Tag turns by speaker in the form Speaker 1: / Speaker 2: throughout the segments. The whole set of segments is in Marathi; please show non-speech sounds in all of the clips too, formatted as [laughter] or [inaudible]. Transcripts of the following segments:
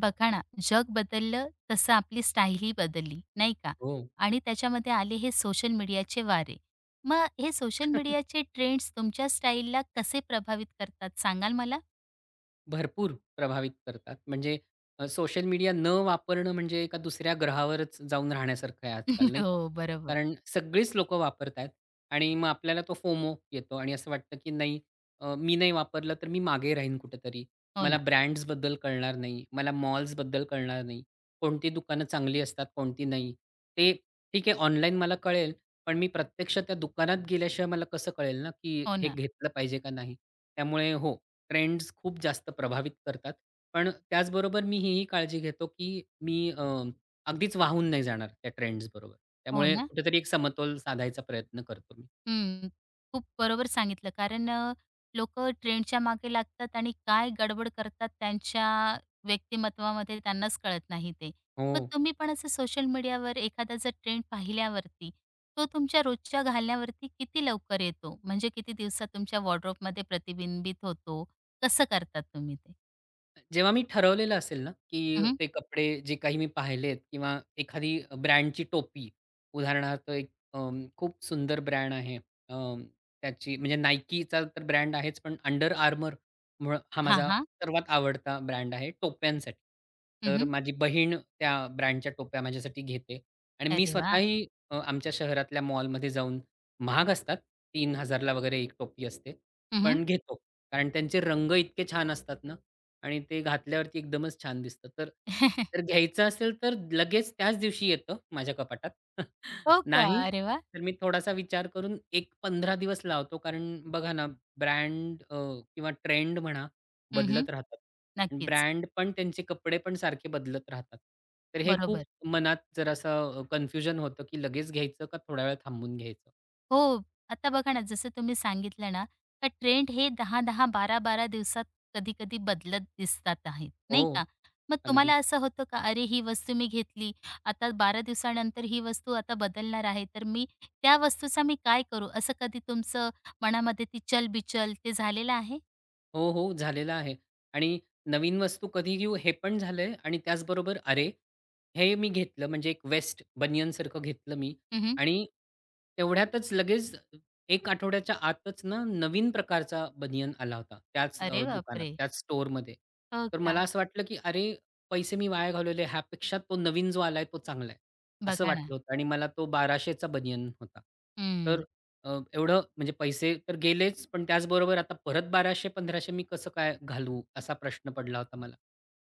Speaker 1: बघा ना, जग बदललं तसं आपली स्टाईलही बदलली, नाही का?
Speaker 2: हो.
Speaker 1: आणि त्याच्यामध्ये आले हे सोशल मीडियाचे वारे. मग हे सोशल मीडियाचे ट्रेंड्स तुमच्या स्टाईलला कसे प्रभावित करतात सांगाल मला?
Speaker 2: भरपूर प्रभावित करतात. म्हणजे सोशल मीडिया न वापरणं म्हणजे एका दुसऱ्या ग्रहावरच जाऊन राहण्यासारखं आहे आजकाल,
Speaker 1: [laughs]
Speaker 2: नाही का?
Speaker 1: हो, बरोबर.
Speaker 2: कारण सगळीच लोकं वापरत आहेत आणि मग आपल्याला तो फोमो येतो आणि असं वाटतं, की नाही मी नाही वापरलं तर मी मागे राहीन कुठेतरी.
Speaker 1: हो
Speaker 2: मला
Speaker 1: ना,
Speaker 2: ब्रँड्सबद्दल कळणार नाही. मला मॉल्सबद्दल कळणार नाही. कोणती दुकानं चांगली असतात, कोणती नाही. ते ठीक आहे ऑनलाईन मला कळेल, पण मी प्रत्यक्ष त्या दुकानात गेल्याशिवाय मला कसं कळेल ना, की
Speaker 1: हो
Speaker 2: हे
Speaker 1: ना,
Speaker 2: घेतलं पाहिजे का नाही? त्यामुळे हो, ट्रेंड्स खूप जास्त प्रभावित करतात. पण त्याचबरोबर मी हीही काळजी घेतो, की मी अगदीच वाहून नाही जाणार त्या ट्रेंड्सबरोबर.
Speaker 1: हो
Speaker 2: त्यामुळे
Speaker 1: ना.
Speaker 2: कुठेतरी एक समतोल साधायचा प्रयत्न करतो मी.
Speaker 1: हं, खूप बरोबर सांगितलं. कारण लोकं ट्रेंडच्या मागे लागतात आणि काय गडबड करतात त्यांच्या व्यक्तिमत्वामध्ये त्यांनाच कळत नाही ते.
Speaker 2: हो.
Speaker 1: मग तुम्ही पण असं सोशल मीडियावर एखादा जर ट्रेंड पाहिल्यावरती, तो तुमच्या रोजच्या घालण्यावरती किती लवकर येतो? म्हणजे किती दिवसात तुमच्या वॉर्डरोबमध्ये प्रतिबिंबित होतो? कसं करतात तुम्ही ते?
Speaker 2: जेव्हा मी ठरवलेलं असेल ना, की
Speaker 1: हं, हं.
Speaker 2: ते कपडे जे काही मी पाहिलेत किंवा एखादी ब्रँडची टोपी, उदाहरणार्थ एक खूप सुंदर ब्रँड आहे. अं, त्याची म्हणजे Nikeचा तर ब्रँड आहेच, पण Under Armour मुळं हा
Speaker 1: हां,
Speaker 2: माझा
Speaker 1: हां.
Speaker 2: सर्वात आवडता ब्रँड आहे टोप्यांसाठी. तर माझी बहीण त्या ब्रँडच्या टोप्या माझ्यासाठी घेते आणि मी
Speaker 1: अरे वाह!
Speaker 2: स्वतःही आमच्या शहरातल्या मॉलमध्ये जाऊन महाग असतात. 3000 ला वगैरे एक टोपी असते.
Speaker 1: हं,
Speaker 2: पण घेतो. कारण त्यांचे रंग इतके छान असतात ना, आणि ते घातल्यावरती एकदमच छान दिसतं. तर तर
Speaker 1: [laughs]
Speaker 2: घ्यायचं असेल तर लगेच त्याच दिवशी येतं माझ्या कपाटात. [laughs]
Speaker 1: हो का?
Speaker 2: नाही,
Speaker 1: अरे वाह!
Speaker 2: तर मी थोडासा विचार करून एक पंधरा दिवस लावतो. कारण बघा ना ब्रँड किंवा ट्रेंड म्हणा
Speaker 1: हं,
Speaker 2: बदलत राहतात.
Speaker 1: नक्कीच.
Speaker 2: ब्रँड पण त्यांचे कपडे पण सारखे बदलत राहतात. तर हे खूप
Speaker 1: बरोबर.
Speaker 2: मनात जरासं कन्फ्युजन होतं, की लगेच घ्यायचं का थोडा वेळ थांबून घ्यायचं?
Speaker 1: हो. आता बघा ना, जसं तुम्ही सांगितलं ना, का ट्रेंड हे 10-10, 12-12 दिवसात कधी-कधी बदलत दिसतात आहेत,
Speaker 2: हो,
Speaker 1: नाही का? मग
Speaker 2: अगदी.
Speaker 1: तुम्हाला असं होतं का, "अरे, ही वस्तू मी घेतली, आता 12 दिवसानंतर ही वस्तू आता बदलणार आहे, तर मी त्या वस्तूचा मी काय करू?" असं कधी तुमचं मनामध्ये ती चल-बिचल ते झालेलं आहे?
Speaker 2: हो, हो. झालेला आहे. आणि नवीन वस्तू कधी घेऊ हे पण झालंय आणि त्याचबरोबर अरे, हे मी घेतलं म्हणजे एक वेस्ट बनियनसारखं घेतलं मी
Speaker 1: हं,
Speaker 2: आणि तेवढ्यातच लगेच एक आठवड्याच्या आतच ना नवीन प्रकारचा बनियन आला होता त्याच
Speaker 1: अरे
Speaker 2: दुकानात,
Speaker 1: बापरे!
Speaker 2: त्याच स्टोअरमध्ये.
Speaker 1: हो
Speaker 2: तर
Speaker 1: का?
Speaker 2: मला असं वाटलं, की अरे, पैसे मी वाया घालवले ह्यापेक्षा तो नवीन जो आलाय तो चांगला आहे, असं
Speaker 1: बघा ना.
Speaker 2: वाटलं होतं आणि मला तो 1200चा बनियन होता. तर
Speaker 1: हं.
Speaker 2: एवढं म्हणजे पैसे तर गेलेच, पण त्याचबरोबर आता परत 1200-1500 मी कसं काय घालवू? असा प्रश्न पडला होता मला.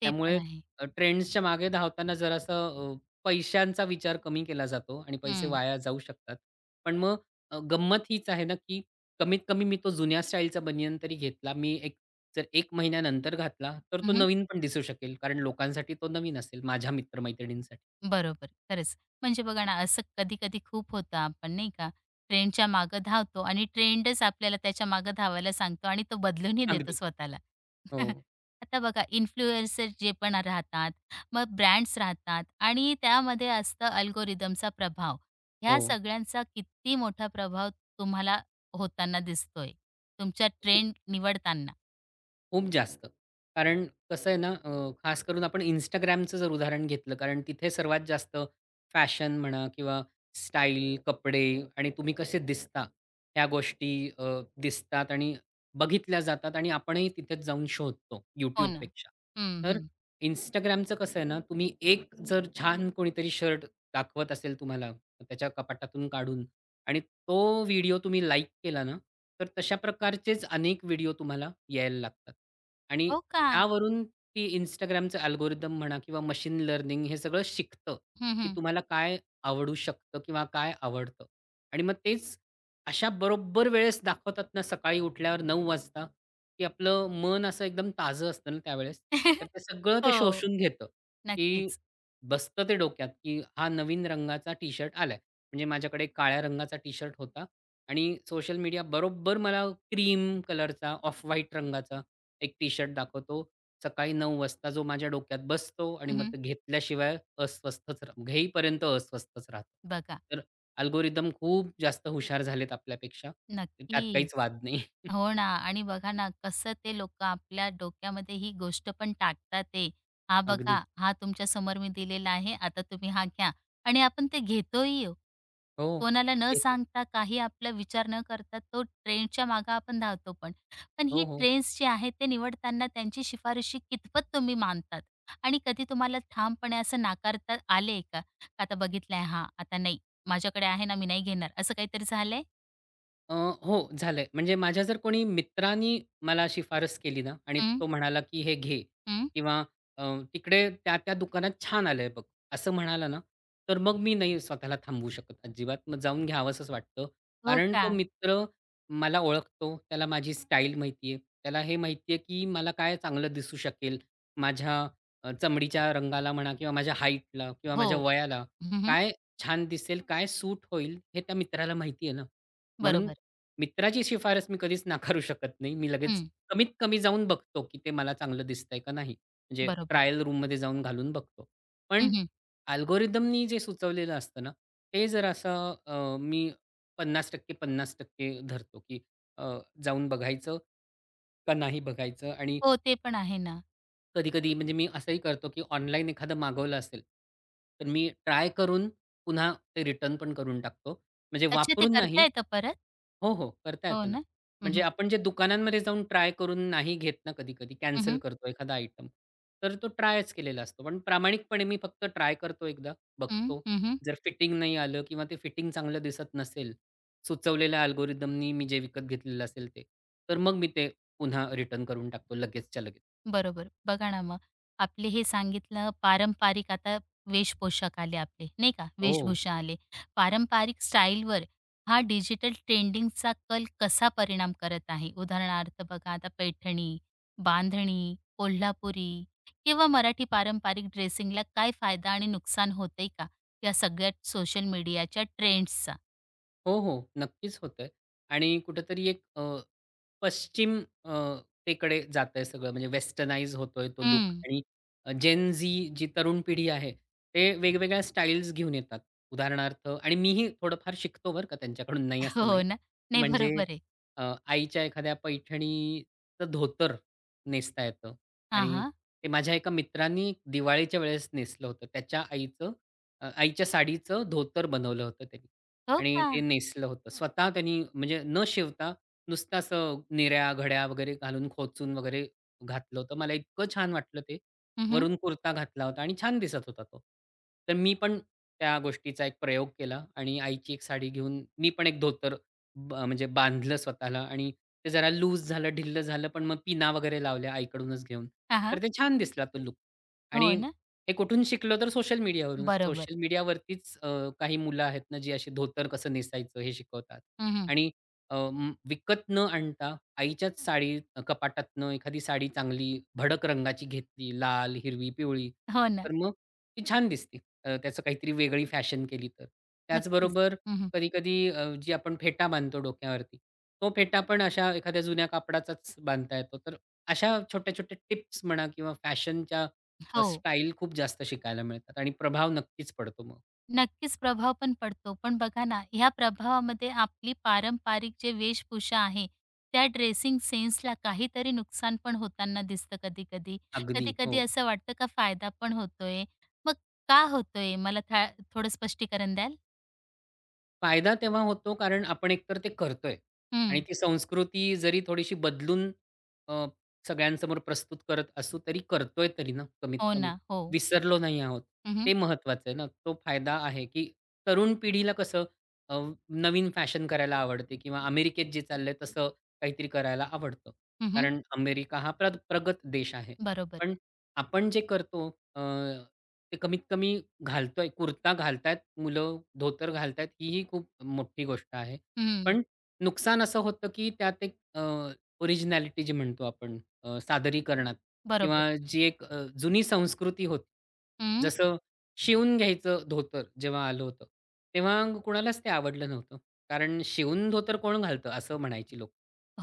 Speaker 1: ते पण
Speaker 2: त्यामुळे
Speaker 1: आहे.
Speaker 2: ट्रेंड्सच्या मागे धावताना जरासं पैशांचा विचार कमी केला जातो आणि पैसे
Speaker 1: हं.
Speaker 2: वाया जाऊ शकतात. पण मग गंमत हीच आहे ना, की कमीत कमी मी तो जुन्या स्टाईलचा बनियन तरी घेतला. मी एक जर 1 महिन्यानंतर घातला, तर तो
Speaker 1: हं,
Speaker 2: नवीन पण दिसू शकेल. कारण लोकांसाठी तो नवीन असेल, माझ्या मित्र
Speaker 1: बरोबर, खरंच. म्हणजे बघा ना, असं कधी-कधी खूप होतं आपण नाही का, ट्रेंडच्या मागं धावतो आणि ट्रेंडच आपल्याला त्याच्या मागं धावायला सांगतो आणि तो बदलूनही देतो
Speaker 2: अगदी.
Speaker 1: स्वतःला. [laughs]
Speaker 2: हो,
Speaker 1: आता बघा इन्फ्लुएन्सर जे पण राहतात, मग ब्रँड्स राहतात आणि त्यामध्ये असतं अल्गोरिदमचा प्रभाव.
Speaker 2: हो.
Speaker 1: ह्या सगळ्यांचा किती मोठा प्रभाव तुम्हाला होताना दिसतोय, तुमच्या ट्रेंड निवडताना?
Speaker 2: खूप जास्त. कारण कसं आहे ना, खास करून आपण Instagramचं जर उदाहरण घेतलं, कारण तिथे सर्वात जास्त फॅशन म्हणा किंवा स्टाईल, कपडे आणि तुम्ही कसे दिसता, ह्या गोष्टी दिसतात आणि बघितल्या जातात आणि आपणही तिथेच जाऊन शोधतो
Speaker 1: हो ना.
Speaker 2: YouTubeपेक्षा.
Speaker 1: हं,
Speaker 2: तर
Speaker 1: हं.
Speaker 2: Instagramचं कसं आहे ना, तुम्ही एक जर छान कोणीतरी शर्ट दाखवत असेल तुम्हाला त्याच्या कपाटातून काढून आणि तो व्हिडिओ तुम्ही लाइक केला ना, तर तशा प्रकारचेच अनेक व्हिडिओ तुम्हाला यायला लागतात. आणि
Speaker 1: हो का?
Speaker 2: त्यावरून ती Instagramचं अल्गोरिदम म्हणा किंवा मशीन लर्निंग हे सगळं शिकतं,
Speaker 1: हं,
Speaker 2: की
Speaker 1: हं.
Speaker 2: तुम्हाला काय आवडू शकतं किंवा काय आवडतं. आणि मग तेच अशा बरोबर वेळेस दाखवतात ना, सकाळी उठल्यावर 9:00 वाजता, की आपलं मन असं एकदम ताजं असतं ना त्यावेळेस. तर
Speaker 1: [laughs]
Speaker 2: ते सगळं ते
Speaker 1: हो,
Speaker 2: शोषून घेतं, की
Speaker 1: नक्कीच.
Speaker 2: बसतं ते डोक्यात, की हा नवीन रंगाचा टी-शर्ट आलाय. म्हणजे माझ्याकडे काळ्या रंगाचा टी-शर्ट होता आणि सोशल मीडिया बरोबर मला क्रीम कलरचा, ऑफ व्हाईट रंगाचा एक टी-शर्ट दाखवतो. सकाळी 9:00 वाजता जो माझ्या डोक्यात बसतो आणि मग
Speaker 1: हं,
Speaker 2: तो घेतल्याशिवाय अस्वस्थच घेईपर्यंत अस्वस्थच राहतो.
Speaker 1: बघा.
Speaker 2: तर अल्गोरिदम खूप जास्त हुशार झालेत आपल्यापेक्षा. त्यात
Speaker 1: नक्कीच.
Speaker 2: काहीच वाद नाही. [laughs]
Speaker 1: हो ना. आणि बघा ना, कसं ते लोकं आपल्या डोक्यामध्ये ही गोष्ट पण टाकतात ते. हा
Speaker 2: अगदी.
Speaker 1: बघा, हा तुमच्यासमोर मी दिलेला आहे, आता तुम्ही हा घ्या. आणि आपण ते घेतोही हो.
Speaker 2: हो.
Speaker 1: कोणाला न
Speaker 2: ते-
Speaker 1: सांगता, काही आपला विचार न करता तो ट्रेंडच्या मागे आपण धावतो पण. पण
Speaker 2: हो,
Speaker 1: ही
Speaker 2: हो.
Speaker 1: ट्रेंड्स जे आहेत ते निवडताना त्यांची शिफारशी कितपत तुम्ही मानतात? आणि कधी तुम्हाला ठामपणे असं नाकारता आले का? का आता बघितलंय हा, आता नाही. माझ्याकडे आहे ना, मी नाही घेणार. असं काहीतरी झालंय?
Speaker 2: हो, झालंय. म्हणजे माझ्या जर कोणी मित्रांनी मला शिफारस केली ना आणि
Speaker 1: हं,
Speaker 2: तो म्हणाला, की "हे घे"
Speaker 1: हं.
Speaker 2: किंवा अ, "तिकडे त्या-त्या दुकानात छान आलंय बघ," असं म्हणाला ना, तर मग मी नाही स्वतःला थांबवू शकत अजिबात. मग जाऊन घ्यावंसंच वाटतं.
Speaker 1: हो
Speaker 2: कारण तो
Speaker 1: का?
Speaker 2: मित्र मला ओळखतो, त्याला माझी स्टाईल माहिती आहे. त्याला हे माहिती आहे, की मला काय चांगलं दिसू शकेल. माझ्या चमडीच्या रंगाला म्हणा किंवा माझ्या हाईटला किंवा
Speaker 1: हो.
Speaker 2: माझ्या वयाला
Speaker 1: हं, हं.
Speaker 2: काय छान दिसेल, काय सूट होईल, हे त्या मित्राला माहिती आहे ना. म्हणून
Speaker 1: बरोबर.
Speaker 2: मित्राची शिफारस मी कधीच नाकारू शकत नाही. मी लगेच
Speaker 1: हं.
Speaker 2: कमीत कमी जाऊन बघतो, की ते मला चांगलं दिसतंय का नाही. म्हणजे
Speaker 1: बरोबर.
Speaker 2: ट्रायल रूममध्ये जाऊन घालून बघतो. पण
Speaker 1: हं, हं.
Speaker 2: अल्गोरिदमनी जे सुचवलेलं असतं ना, ते जरासं मी 50% 50% धरतो, की अ, जाऊन बघायचं का नाही बघायचं आणि
Speaker 1: हो, ते पण आहे ना.
Speaker 2: कधी-कधी म्हणजे मी असंही करतो, की ऑनलाईन एखादं मागवलं असेल, तर मी ट्राय करून पुन्हा ते रिटर्न पण करून टाकतो. म्हणजे
Speaker 1: अच्छा, ते
Speaker 2: वापरून
Speaker 1: करता
Speaker 2: नाही
Speaker 1: येतं परत?
Speaker 2: हो, हो. करता
Speaker 1: हो
Speaker 2: येतं ना.
Speaker 1: ना? हं,
Speaker 2: म्हणजे
Speaker 1: हं.
Speaker 2: आपण जे दुकानांमध्ये जाऊन ट्राय करून नाही घेत ना कधी-कधी,
Speaker 1: हं,
Speaker 2: कॅन्सल
Speaker 1: हं.
Speaker 2: करतो एखादा आयटम, तर तो ट्रायच केलेला असतो. पण प्रामाणिकपणे मी फक्त ट्राय करतो एकदा,
Speaker 1: हं,
Speaker 2: बघतो.
Speaker 1: हं, हं.
Speaker 2: जर फिटिंग नाही आलं किंवा ते फिटिंग चांगलं दिसत नसेल, सुचवलेल्या अल्गोरिदमनी मी जे विकत घेतलेलं असेल ते, तर मग मी ते पुन्हा रिटर्न करून टाकतो लगेचच्या लगेच.
Speaker 1: बरोबर. बघा ना मग, आपले हे सांगितलं पारंपरिक आता वेशपोशाख आले आपले, नाही का?
Speaker 2: हो.
Speaker 1: वेशभूषा आले. पारंपरिक स्टाईलवर हा डिजिटल ट्रेंडिंगचा कल कसा परिणाम करत आहे? उदाहरणार्थ बघा आता पैठणी, बांधणी, कोल्हापुरी किंवा मराठी पारंपरिक ड्रेसिंगला काय फायदा आणि नुकसान होतंय का? या सगळ्या सोशल मीडियाच्या ट्रेंड्सचा?
Speaker 2: हो, हो. नक्कीच होतंय आणि कुठेतरी एक पश्चिम अ, तेकडे जातंय सगळं म्हणजे वेस्टर्नाइज होतोय तो लुक
Speaker 1: हं.
Speaker 2: आणि जेन झी जी तरुण पिढी आहे, ते वेगवेगळ्या स्टाईल्स घेऊन येतात. उदाहरणार्थ आणि मीही थोडंफार शिकतो बरं का त्यांच्याकडून, नाही
Speaker 1: हो
Speaker 2: असं नाही.
Speaker 1: ना. नाही
Speaker 2: म्हणजे
Speaker 1: बरोबर आहे.
Speaker 2: आईच्या एखाद्या पैठणीचं धोतर नेसता येतं
Speaker 1: हां,
Speaker 2: आणि
Speaker 1: हां.
Speaker 2: ते माझ्या एका मित्रांनी दिवाळीच्या वेळेस नेसलं होतं. आईच्या साडीचं धोतर बनवलं होतं त्यांनी.
Speaker 1: हो
Speaker 2: आणि
Speaker 1: का?
Speaker 2: ते नेसलं होतं. स्वतः त्यांनी म्हणजे न शिवता नुसतं असं निऱ्या, घड्या वगैरे घालून खोचून वगैरे घातलं होतं. मला इतकं छान वाटलं ते.
Speaker 1: हं, हं.
Speaker 2: वरून कुर्ता घातला होता आणि छान दिसत होता तो. तर मी पण त्या गोष्टीचा एक प्रयोग केला आणि आईची एक साडी घेऊन मी पण एक धोतर म्हणजे बांधलं स्वतःला आणि ते जरा लूज झालं, ढिल्लं झालं, पण मग पिना वगैरे लावल्या आईकडूनच घेऊन. तर
Speaker 1: हां,
Speaker 2: ते छान दिसला तो लुक
Speaker 1: हो
Speaker 2: आणि
Speaker 1: ना.
Speaker 2: हे कुठून शिकलो तर सोशल मीडियावरूनच.
Speaker 1: बरोबर.
Speaker 2: सोशल मीडियावरतीच काही मुलं आहेत ना, जी अशी धोतर कसं नेसायचं हे शिकवतात.
Speaker 1: हं,
Speaker 2: आणि अ, म विकत न आणता आईच्याच साडी कपाटातनं एखादी साडी चांगली भडक रंगाची घेतली, लाल, हिरवी, पिवळी,
Speaker 1: हो ना,
Speaker 2: तर मग ती छान दिसते. त्याचं काहीतरी वेगळी फॅशन केली तर.
Speaker 1: नक्कीच.
Speaker 2: त्याचबरोबर
Speaker 1: हं,
Speaker 2: कधी-कधी जी आपण फेटा बांधतो डोक्यावरती, तो फेटा पण अशा एखाद्या जुन्या कापडाचाच बांधता येतो. तर अशा छोट्या-छोट्या टिप्स म्हणा किंवा फॅशनच्या
Speaker 1: हो,
Speaker 2: स्टाईल खूप जास्त शिकायला मिळतात आणि प्रभाव नक्कीच पडतो मग.
Speaker 1: नक्कीच प्रभाव पण पडतो. पण बघा ना, ह्या प्रभावामध्ये आपली पारंपरिक जे वेशभूषा आहे, त्या ड्रेसिंग सेन्सला काहीतरी नुकसान पण होताना दिसतं कधी-कधी.
Speaker 2: अगदी. हो.
Speaker 1: कधी-कधी असं वाटतं का फायदा पण होतोय. मग का होतोय? मला था थोडं स्पष्टीकरण द्याल?
Speaker 2: फायदा तेव्हा होतो कारण आपण एकतर ते करतोय
Speaker 1: हं.
Speaker 2: आणि ती संस्कृती जरी थोडीशी बदलून अ, सगळ्यांसमोर प्रस्तुत करत असू तरी करतोय तरी ना कमीत
Speaker 1: हो
Speaker 2: कमी.
Speaker 1: ना, हो.
Speaker 2: विसरलो नाही आहोत.
Speaker 1: हं, हं.
Speaker 2: ते महत्त्वाचं आहे ना. तो फायदा आहे, की तरुण पिढीला कसं अ, नवीन फॅशन करायला आवडते किंवा अमेरिकेत जे चाललंय तसं काहीतरी करायला आवडतं. कारण अमेरिका हा प्रगत देश आहे.
Speaker 1: बरोबर.
Speaker 2: पण आपण जे करतो अ, ते कमीत कमी कुर्ता घालतायत मुलं, धोतर घालतायत ही ही खूप मोठी गोष्ट आहे.
Speaker 1: हं,
Speaker 2: पण नुकसान असं होतं, की त्यात एक ओरिजिनॅलिटी जी म्हणतो आपण सादरीकरणात किंवा
Speaker 1: बरोबर.
Speaker 2: जी एक जुनी संस्कृती होती.
Speaker 1: हं.
Speaker 2: जसं शिवून घ्यायचं धोतर जेव्हा आलं होतं, तेव्हा कुणालाच ते आवडलं नव्हतं. कारण शिवून धोतर कोण घालतं असं म्हणायची लोकं.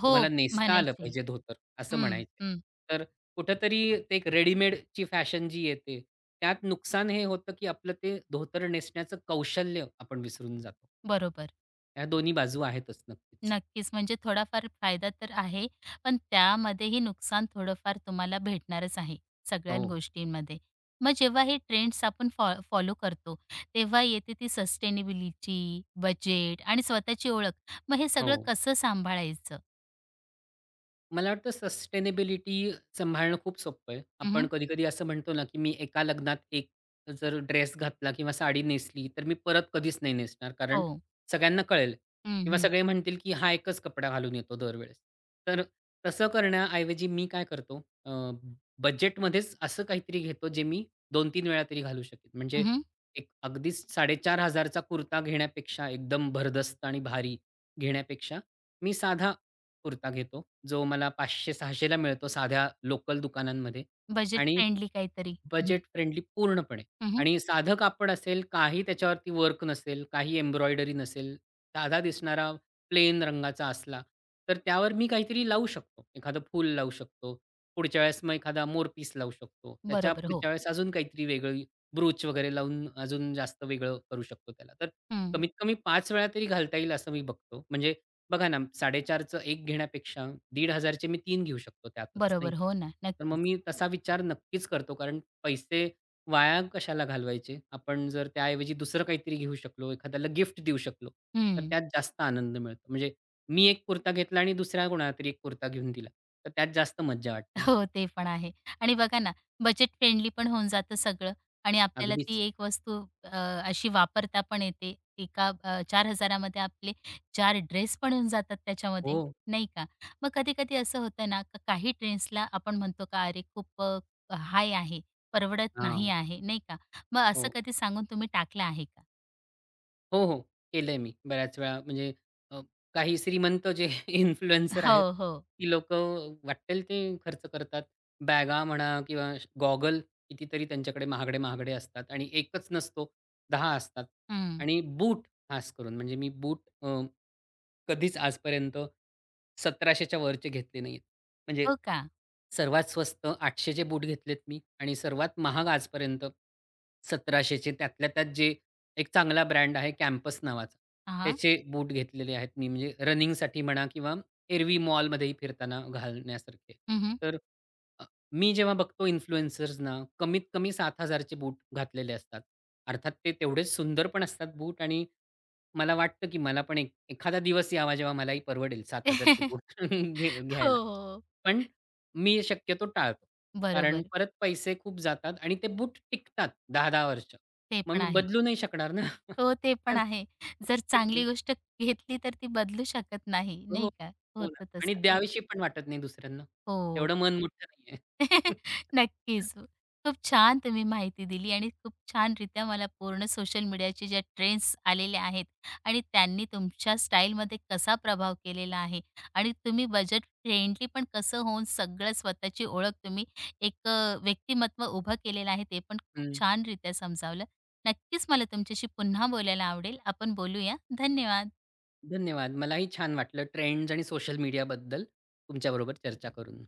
Speaker 1: हो,
Speaker 2: तुम्हाला नेसता आलं
Speaker 1: म्हणायचे.
Speaker 2: पाहिजे धोतर असं
Speaker 1: हं,
Speaker 2: म्हणायचे.
Speaker 1: हं.
Speaker 2: तर कुठेतरी ते एक रेडीमेडची फॅशन जी येते, त्यात नुकसान हे होतं, की आपलं ते धोतर नेसण्याचं कौशल्य आपण विसरून जातो.
Speaker 1: बरोबर.
Speaker 2: ह्या दोन्ही बाजू आहेतच नक्कीच.
Speaker 1: नक्कीच. म्हणजे थोडाफार फायदा तर आहे, पण त्यामध्येही नुकसान थोडंफार तुम्हाला भेटणारच आहे, सगळ्या
Speaker 2: हो,
Speaker 1: गोष्टींमध्ये. मग जेव्हा हे ट्रेंड्स आपण फॉलो करतो, तेव्हा येते ती सस्टेनेबिलिटी, बजेट आणि स्वतःची ओळख. मग हे सगळं
Speaker 2: हो.
Speaker 1: कसं सांभाळायचं?
Speaker 2: मला वाटतं सस्टेनेबिलिटी सांभाळणं खूप सोपं आहे.
Speaker 1: हं,
Speaker 2: आपण
Speaker 1: हं.
Speaker 2: कधी-कधी असं म्हणतो ना, की मी एका लग्नात एक जर ड्रेस घातला किंवा साडी नेसली, तर मी परत कधीच नाही नेसणार. कारण
Speaker 1: हो.
Speaker 2: सगळ्यांना कळेल
Speaker 1: हं,
Speaker 2: किंवा
Speaker 1: हं.
Speaker 2: सगळे म्हणतील, की हा एकच कपडा घालून येतो दरवेळेस. तर तसं करण्याऐवजी मी काय करतो, बजेटमध्येच असं काहीतरी घेतो, जे मी 2-3 वेळा तरी घालू शकेन. म्हणजे एक अगदीच 4,500 चा कुर्ता घेण्यापेक्षा, एकदम भरदस्त आणि भारी घेण्यापेक्षा, मी साधा कुर्ता घेतो, जो मला 500-600ला मिळतो साध्या लोकल दुकानांमध्ये
Speaker 1: बजेट
Speaker 2: आणि
Speaker 1: फ्रेंडली काहीतरी. हं, हं.
Speaker 2: बजेट फ्रेंडली पूर्णपणे
Speaker 1: हं, हं.
Speaker 2: आणि साधं कापड असेल, काही त्याच्यावरती वर्क नसेल, काही एम्ब्रॉयडरी नसेल, साधा दिसणारा प्लेन रंगाचा असला, तर त्यावर मी काहीतरी लावू शकतो. एखादं फूल लावू शकतो. पुढच्या वेळेस मग एखादा मोरपीस लावू शकतो. त्याच्या
Speaker 1: बरोबर. हो.
Speaker 2: पुढच्या वेळेस अजून काहीतरी वेगळी ब्रूच वगैरे लावून अजून जास्त वेगळं करू शकतो त्याला. तर
Speaker 1: हं.
Speaker 2: कमीत कमी 5 वेळा तरी घालता येईल असं मी बघतो. म्हणजे बघा ना 4,500चं एक घेण्यापेक्षा 1,500चे मी 3 घेऊ शकतो त्यातच, नाही
Speaker 1: बरोबर.
Speaker 2: का?
Speaker 1: हो ना.
Speaker 2: तर मग
Speaker 1: नक्कीच.
Speaker 2: मी तसा विचार नक्कीच करतो कारण पैसे वाया कशाला घालवायचे? आपण जर त्याऐवजी दुसरं काहीतरी घेऊ शकलो, एखाद्याला गिफ्ट देऊ शकलो, तर
Speaker 1: हं.
Speaker 2: त्यात जास्त आनंद मिळतो. म्हणजे मी एक कुर्ता घेतला आणि दुसऱ्या कोणाला तरी एक कुर्ता घेऊन दिला. तर त्यात जास्त मज्जा वाटते ना.
Speaker 1: हो, ते पण आहे. आणि बघा ना, बजेट फ्रेंडली पण होऊन जातं सगळं आणि आपल्याला
Speaker 2: अगदीच.
Speaker 1: ती एक वस्तू अ, अशी वापरता पण येते. एका 4,000 मध्ये आपले 4 ड्रेस पण होऊन जातात त्याच्यामध्ये,
Speaker 2: हो.
Speaker 1: नाही का? मग कधी-कधी असं होतं ना, का काही ट्रेंड्सला आपण म्हणतो का अरे खूप हाय आहे, परवडत नाही
Speaker 2: हां.
Speaker 1: आहे, नाही का? मग असं
Speaker 2: हो.
Speaker 1: कधी सांगून तुम्ही टाकलं आहे का?
Speaker 2: हो, हो. केलंय मी बऱ्याच वेळा. म्हणजे अ, काही श्रीमंत जे [laughs] इन्फ्लुएन्सर आहेत,
Speaker 1: हो, हो.
Speaker 2: ती लोक वाटेल ते खर्च करतात. बॅगा म्हणा किंवा गॉगल कितीतरी त्यांच्याकडे महागडे-महागडे असतात आणि एकच नसतो, दहा असतात
Speaker 1: हं.
Speaker 2: आणि बूट खास करून. म्हणजे मी बूट कधीच आजपर्यंत 1700 च्या वरचे घेतले नाहीयेत. म्हणजे
Speaker 1: हो का?
Speaker 2: सर्वात स्वस्त 800 बूट घेतलेत मी आणि सर्वात महाग आजपर्यंत 1700 त्यातल्या त्यात जे एक चांगला ब्रँड आहे कॅम्पस नावाचा.
Speaker 1: हां.
Speaker 2: त्याचे बूट घेतलेले आहेत मी म्हणजे रनिंगसाठी म्हणा किंवा एरवी मॉलमध्येही फिरताना घालण्यासारखे.
Speaker 1: हं, हं.
Speaker 2: तर अ, मी जेव्हा बघतो इन्फ्लुएन्सर्सना कमीत कमी 7,000 चे बूट घातलेले असतात. अर्थात ते तेवढेच सुंदर पण असतात बूट आणि मला वाटतं, की मला पण एक एखादा दिवस यावा जेव्हा मलाही परवडेल 7,000 चे बूट
Speaker 1: [laughs]
Speaker 2: [laughs]
Speaker 1: हो,
Speaker 2: घ्यायला.
Speaker 1: हो.
Speaker 2: पण मी शक्यतो टाळतो. कारण
Speaker 1: बरोबर.
Speaker 2: परत पैसे खूप जातात आणि ते बूट टिकतात 10-10 वर्ष.
Speaker 1: ते
Speaker 2: मग
Speaker 1: पण
Speaker 2: मी
Speaker 1: आहे.
Speaker 2: बदलू नाही शकणार ना. [laughs]
Speaker 1: हो, ते
Speaker 2: है
Speaker 1: पण
Speaker 2: ना?
Speaker 1: आहे. जर
Speaker 2: टिक
Speaker 1: चांगली गोष्ट घेतली तर ती बदलू शकत नाही,
Speaker 2: हो,
Speaker 1: नाही का?
Speaker 2: हो ना.
Speaker 1: होतं
Speaker 2: आणि
Speaker 1: तसं.
Speaker 2: द्यावीशी पण वाटत नाही दुसऱ्यांना.
Speaker 1: हो.
Speaker 2: तेवढं मन मोठं नाहीये.
Speaker 1: [laughs]
Speaker 2: [laughs]
Speaker 1: नक्कीच. खूप छान तुम्ही माहिती दिली आणि खूप छान रित्या मला पूर्ण सोशल मीडियाचे ज्या ट्रेंड्स आलेल्या आहेत आणि त्यांनी तुमच्या स्टाईलमध्ये कसा प्रभाव केलेला आहे आणि तुम्ही बजेट फ्रेंडली पण कसं होऊन सगळं स्वतःची ओळख तुम्ही एक व्यक्तिमत्व उभं केलेलं आहे, ते पण खूप
Speaker 2: हं.
Speaker 1: छानरीत्या समजावलं. नक्कीच मला तुमच्याशी पुन्हा बोलायला आवडेल. आपण बोलूया. धन्यवाद.
Speaker 2: धन्यवाद. मलाही छान वाटलं ट्रेंड्स आणि सोशल मीडियाबद्दल तुमच्याबरोबर चर्चा करून.